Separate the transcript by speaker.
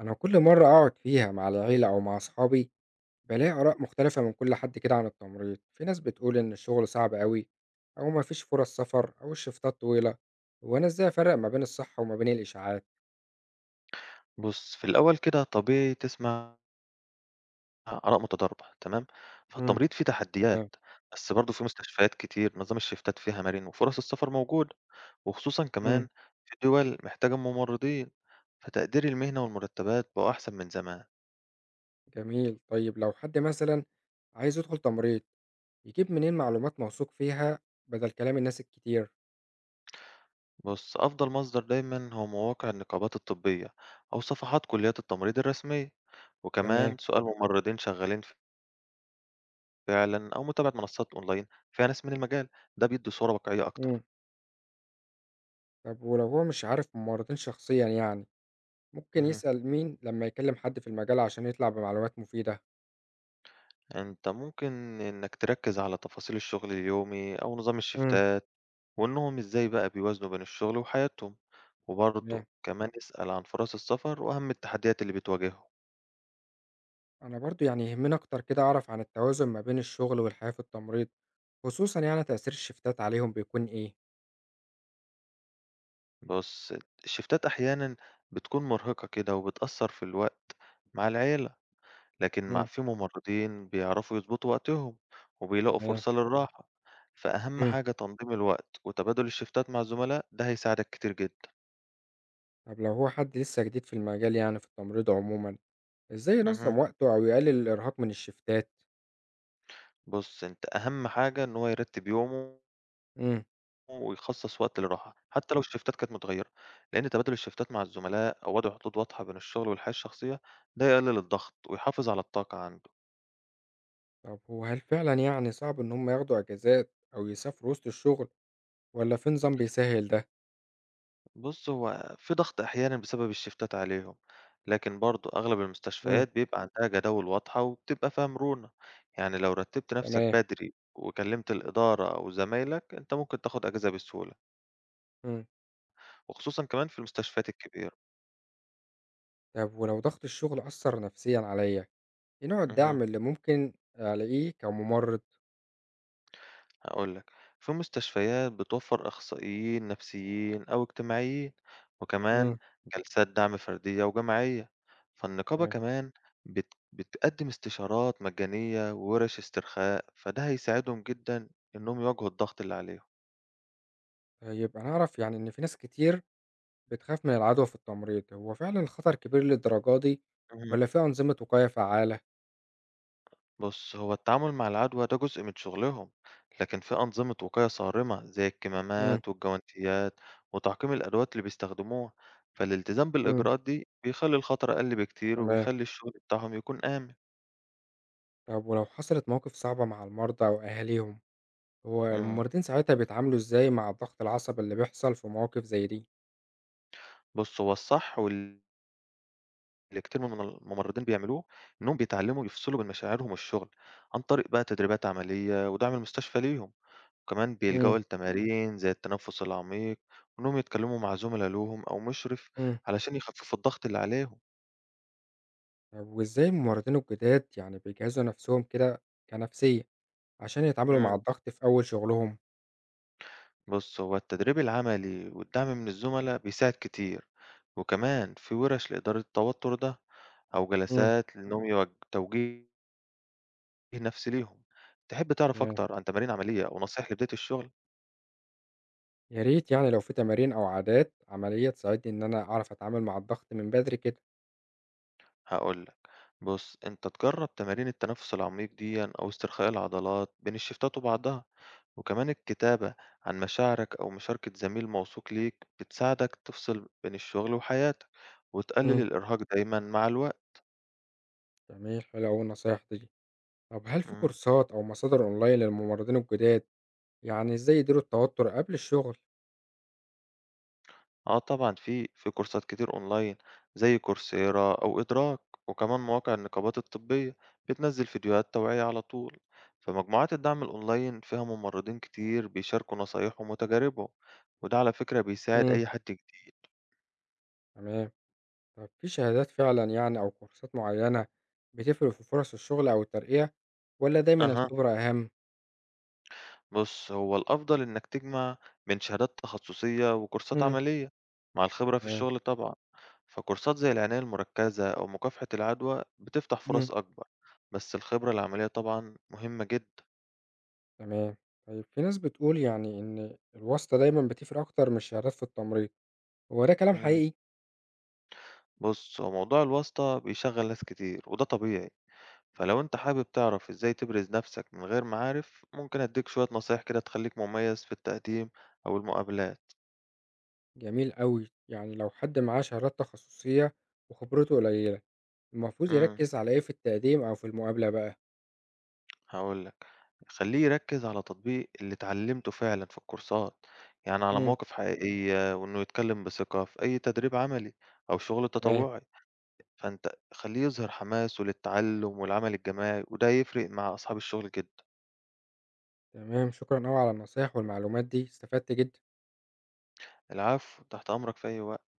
Speaker 1: أنا كل مرة أقعد فيها مع العيلة أو مع أصحابي بلاقي آراء مختلفة من كل حد كده عن التمريض، في ناس بتقول إن الشغل صعب أوي أو مفيش فرص سفر أو الشفتات طويلة، هو أنا إزاي أفرق ما بين الصح وما بين الإشاعات؟
Speaker 2: بُص، في الأول كده طبيعي تسمع آراء متضاربة تمام،
Speaker 1: امم.
Speaker 2: فالتمريض فيه
Speaker 1: تمام.
Speaker 2: تحديات، بس برضه في مستشفيات كتير نظام الشيفتات فيها مرن وفرص السفر موجودة، وخصوصًا
Speaker 1: امم.
Speaker 2: كمان في دول محتاجة ممرضين، فتقدير المهنة والمرتبات بقوا أحسن من زمان.
Speaker 1: جميل. طيب لو حد مثلا عايز يدخل تمريض يجيب منين معلومات موثوق فيها بدل كلام الناس الكتير؟
Speaker 2: بُص، أفضل مصدر دايمًا هو مواقع النقابات الطبية أو صفحات كليات التمريض الرسمية،
Speaker 1: تمام.
Speaker 2: وكمان سؤال ممرضين شغالين فعلًا أو متابعة منصات أونلاين فيها ناس من المجال، ده بيدي صورة واقعية
Speaker 1: امم.
Speaker 2: أكتر.
Speaker 1: طب ولو هو مش عارف ممرضين شخصيا يعني ممكن
Speaker 2: اهم.
Speaker 1: يسأل مين لما يكلم حد في المجال عشان يطلع بمعلومات مفيدة؟
Speaker 2: أنت ممكن إنك تركز على تفاصيل الشغل اليومي أو نظام
Speaker 1: امم.
Speaker 2: الشفتات وإنهم إزاي بقى بيوازنوا بين الشغل وحياتهم وبرضه كمان اسأل عن فرص السفر وأهم التحديات اللي بتواجههم.
Speaker 1: أنا برضو يعني يهمني أكتر كده أعرف عن التوازن ما بين الشغل والحياة في التمريض، خصوصا يعني تأثير الشفتات عليهم بيكون إيه؟
Speaker 2: بص، الشفتات أحيانا بتكون مرهقة كده وبتأثر في الوقت مع العيلة، لكن مع
Speaker 1: مم.
Speaker 2: في ممرضين بيعرفوا يظبطوا وقتهم وبيلاقوا
Speaker 1: تمام.
Speaker 2: فرصة للراحة، فأهم
Speaker 1: مم.
Speaker 2: حاجة تنظيم الوقت وتبادل الشفتات مع الزملاء ده هيساعدك كتير جدا.
Speaker 1: طب لو هو حد لسه جديد في المجال يعني في التمريض عموما ازاي
Speaker 2: مهم.
Speaker 1: ينظم وقته او يقلل الارهاق من الشفتات؟
Speaker 2: بص انت اهم حاجة ان هو يرتب يومه
Speaker 1: مم.
Speaker 2: ويخصص وقت للراحة، حتى لو الشيفتات كانت متغيرة، لأن تبادل الشيفتات مع الزملاء أو وضع حدود واضحة بين الشغل والحياة الشخصية ده يقلل الضغط ويحافظ على الطاقة عنده.
Speaker 1: طب هو هل فعلا يعني صعب ان هم ياخدوا اجازات او يسافروا وسط الشغل ولا في نظام بيسهل ده؟
Speaker 2: بُص، هو في ضغط أحيانًا بسبب الشيفتات عليهم، لكن برضه أغلب
Speaker 1: مم.
Speaker 2: المستشفيات بيبقى عندها جداول واضحة وبتبقى فيها مرونة، يعني لو رتبت نفسك
Speaker 1: تمام.
Speaker 2: بدري وكلمت الإدارة أو زمايلك أنت ممكن تاخد أجازة بسهولة،
Speaker 1: مم.
Speaker 2: وخصوصًا كمان في المستشفيات الكبيرة.
Speaker 1: طب ولو ضغط الشغل اثر نفسيا عليا ايه نوع
Speaker 2: اهم.
Speaker 1: الدعم اللي ممكن الاقيه كممرض؟
Speaker 2: هاقول لك، في مستشفيات بتوفّر أخصائيين نفسيين أو اجتماعيين، وكمان
Speaker 1: مم.
Speaker 2: جلسات دعم فردية وجماعية، فالنقابة
Speaker 1: تمام.
Speaker 2: كمان بتقدّم استشارات مجانية وورش استرخاء، فده هيساعدهم جدًا إنّهم يواجهوا الضغط اللي عليهم.
Speaker 1: آه، يبقى نعرف يعني إن في ناس كتير بتخاف من العدوى في التمريض، هو فعلا الخطر كبير للدرجة دي ولا في أنظمة وقاية فعالة؟
Speaker 2: بص، هو التعامل مع العدوى ده جزء من شغلهم، لكن في أنظمة وقاية صارمة زي
Speaker 1: مم.
Speaker 2: الكمامات والجوانتيات وتعقيم الأدوات اللي بيستخدموها، فالالتزام
Speaker 1: مم.
Speaker 2: بالإجراءات دي بيخلي الخطر أقل بكتير
Speaker 1: تمام،
Speaker 2: وبيخلي الشغل بتاعهم يكون آمن.
Speaker 1: طب ولو حصلت مواقف صعبة مع المرضى وأهاليهم، هو
Speaker 2: مم.
Speaker 1: الممرضين ساعتها بيتعاملوا إزاي مع الضغط العصبي اللي بيحصل في مواقف زي دي؟
Speaker 2: بص، هو الصح واللي كتير من الممرضين بيعملوه إنهم بيتعلموا يفصلوا بين مشاعرهم والشغل عن طريق بقى تدريبات عملية ودعم المستشفى ليهم، وكمان
Speaker 1: مم.
Speaker 2: بيلجأوا لتمارين زي التنفس العميق وإنهم يتكلموا مع زملاء لهم أو مشرف
Speaker 1: مم.
Speaker 2: علشان يخففوا الضغط اللي عليهم.
Speaker 1: طب وإزاي الممرضين الجداد يعني بيجهزوا نفسهم كده كنفسية عشان يتعاملوا مع
Speaker 2: مم.
Speaker 1: الضغط في أول شغلهم؟
Speaker 2: بص، هو التدريب العملي والدعم من الزملاء بيساعد كتير، وكمان في ورش لإدارة التوتر ده أو
Speaker 1: مم.
Speaker 2: جلسات لإنهم توجيه نفسي ليهم. تحب تعرف
Speaker 1: تمام.
Speaker 2: أكتر عن تمارين عملية أو نصايح لبداية الشغل؟
Speaker 1: يا ريت يعني لو في تمارين أو عادات عملية تساعدني إن أنا أعرف أتعامل مع الضغط من بدري كده.
Speaker 2: هاقول لك، بُص أنت تجرّب تمارين التنفس العميق ديًّا أو استرخاء العضلات بين الشيفتات وبعضها، وكمان الكتابة عن مشاعرك أو مشاركة زميل موثوق ليك بتساعدك تفصل بين الشغل وحياتك، وتقلل
Speaker 1: مم.
Speaker 2: الإرهاق دايمًا مع الوقت.
Speaker 1: جميل. حلو أوي النصايح دي. طب هل في
Speaker 2: إمم.
Speaker 1: كورسات أو مصادر أونلاين للممرضين الجداد يعني إزاي يديروا التوتر قبل الشغل؟
Speaker 2: آه طبعًا في كورسات كتير online زي كورسيرا أو إدراك، وكمان مواقع النقابات الطبية بتنزّل فيديوهات توعية على طول، فمجموعات الدعم الonline فيها ممرضين كتير بيشاركوا نصايحهم وتجاربهم، وده على فكرة بيساعد
Speaker 1: مم.
Speaker 2: أي حد جديد.
Speaker 1: تمام. طب في شهادات فعلا يعني أو كورسات معينة بتفرق في فرص الشغل أو الترقية ولا دايما
Speaker 2: أها،
Speaker 1: الخبرة أهم؟
Speaker 2: بُص هو الأفضل إنك تجمع بين شهادات تخصصية وكورسات
Speaker 1: مم.
Speaker 2: عملية مع الخبرة في
Speaker 1: تمام.
Speaker 2: الشغل طبعًا، فكورسات زي العناية المركزة أو مكافحة العدوى بتفتح
Speaker 1: مم.
Speaker 2: فرص أكبر، بس الخبرة العملية طبعًا مهمة جدًا.
Speaker 1: تمام. طيب في ناس بتقول يعني إن الواسطة دايما بتفرق أكتر من الشهادات في التمريض هو ده كلام
Speaker 2: إمم.
Speaker 1: حقيقي؟
Speaker 2: بُص، هو موضوع الواسطة بيشغّل ناس كتير وده طبيعي، فلو أنت حابب تعرف إزاي تبرز نَفْسك من غير معارف، ممكن أدّيك شوية نصايح كده تخلّيك مميّز في التقديم أو المقابلات.
Speaker 1: جميل أوي. يعني لو حد معاه شهادات تخصصية وخبرته قليلة، المفروض
Speaker 2: إمم،
Speaker 1: يركّز على إيه في التقديم أو في المقابلة بقى؟
Speaker 2: هاقول لك، خلّيه يركّز على تطبيق اللي اتعلّمته فعلًا في الكورسات، يعني على
Speaker 1: إمم.
Speaker 2: مواقف حقيقية وإنه يتكلّم بثقة في أي تدريب عملي أو شغل
Speaker 1: تمام،
Speaker 2: تطوعي، فأنت خلّيه يظهر حماسه للتعلُّم والعمل الجماعي وده هيفرق مع أصحاب الشغل جدًا.
Speaker 1: تمام. شكرًا أوي على النصايح والمعلومات دي، استفدت جدًا.
Speaker 2: العفو، تحت أمرك في أي وقت.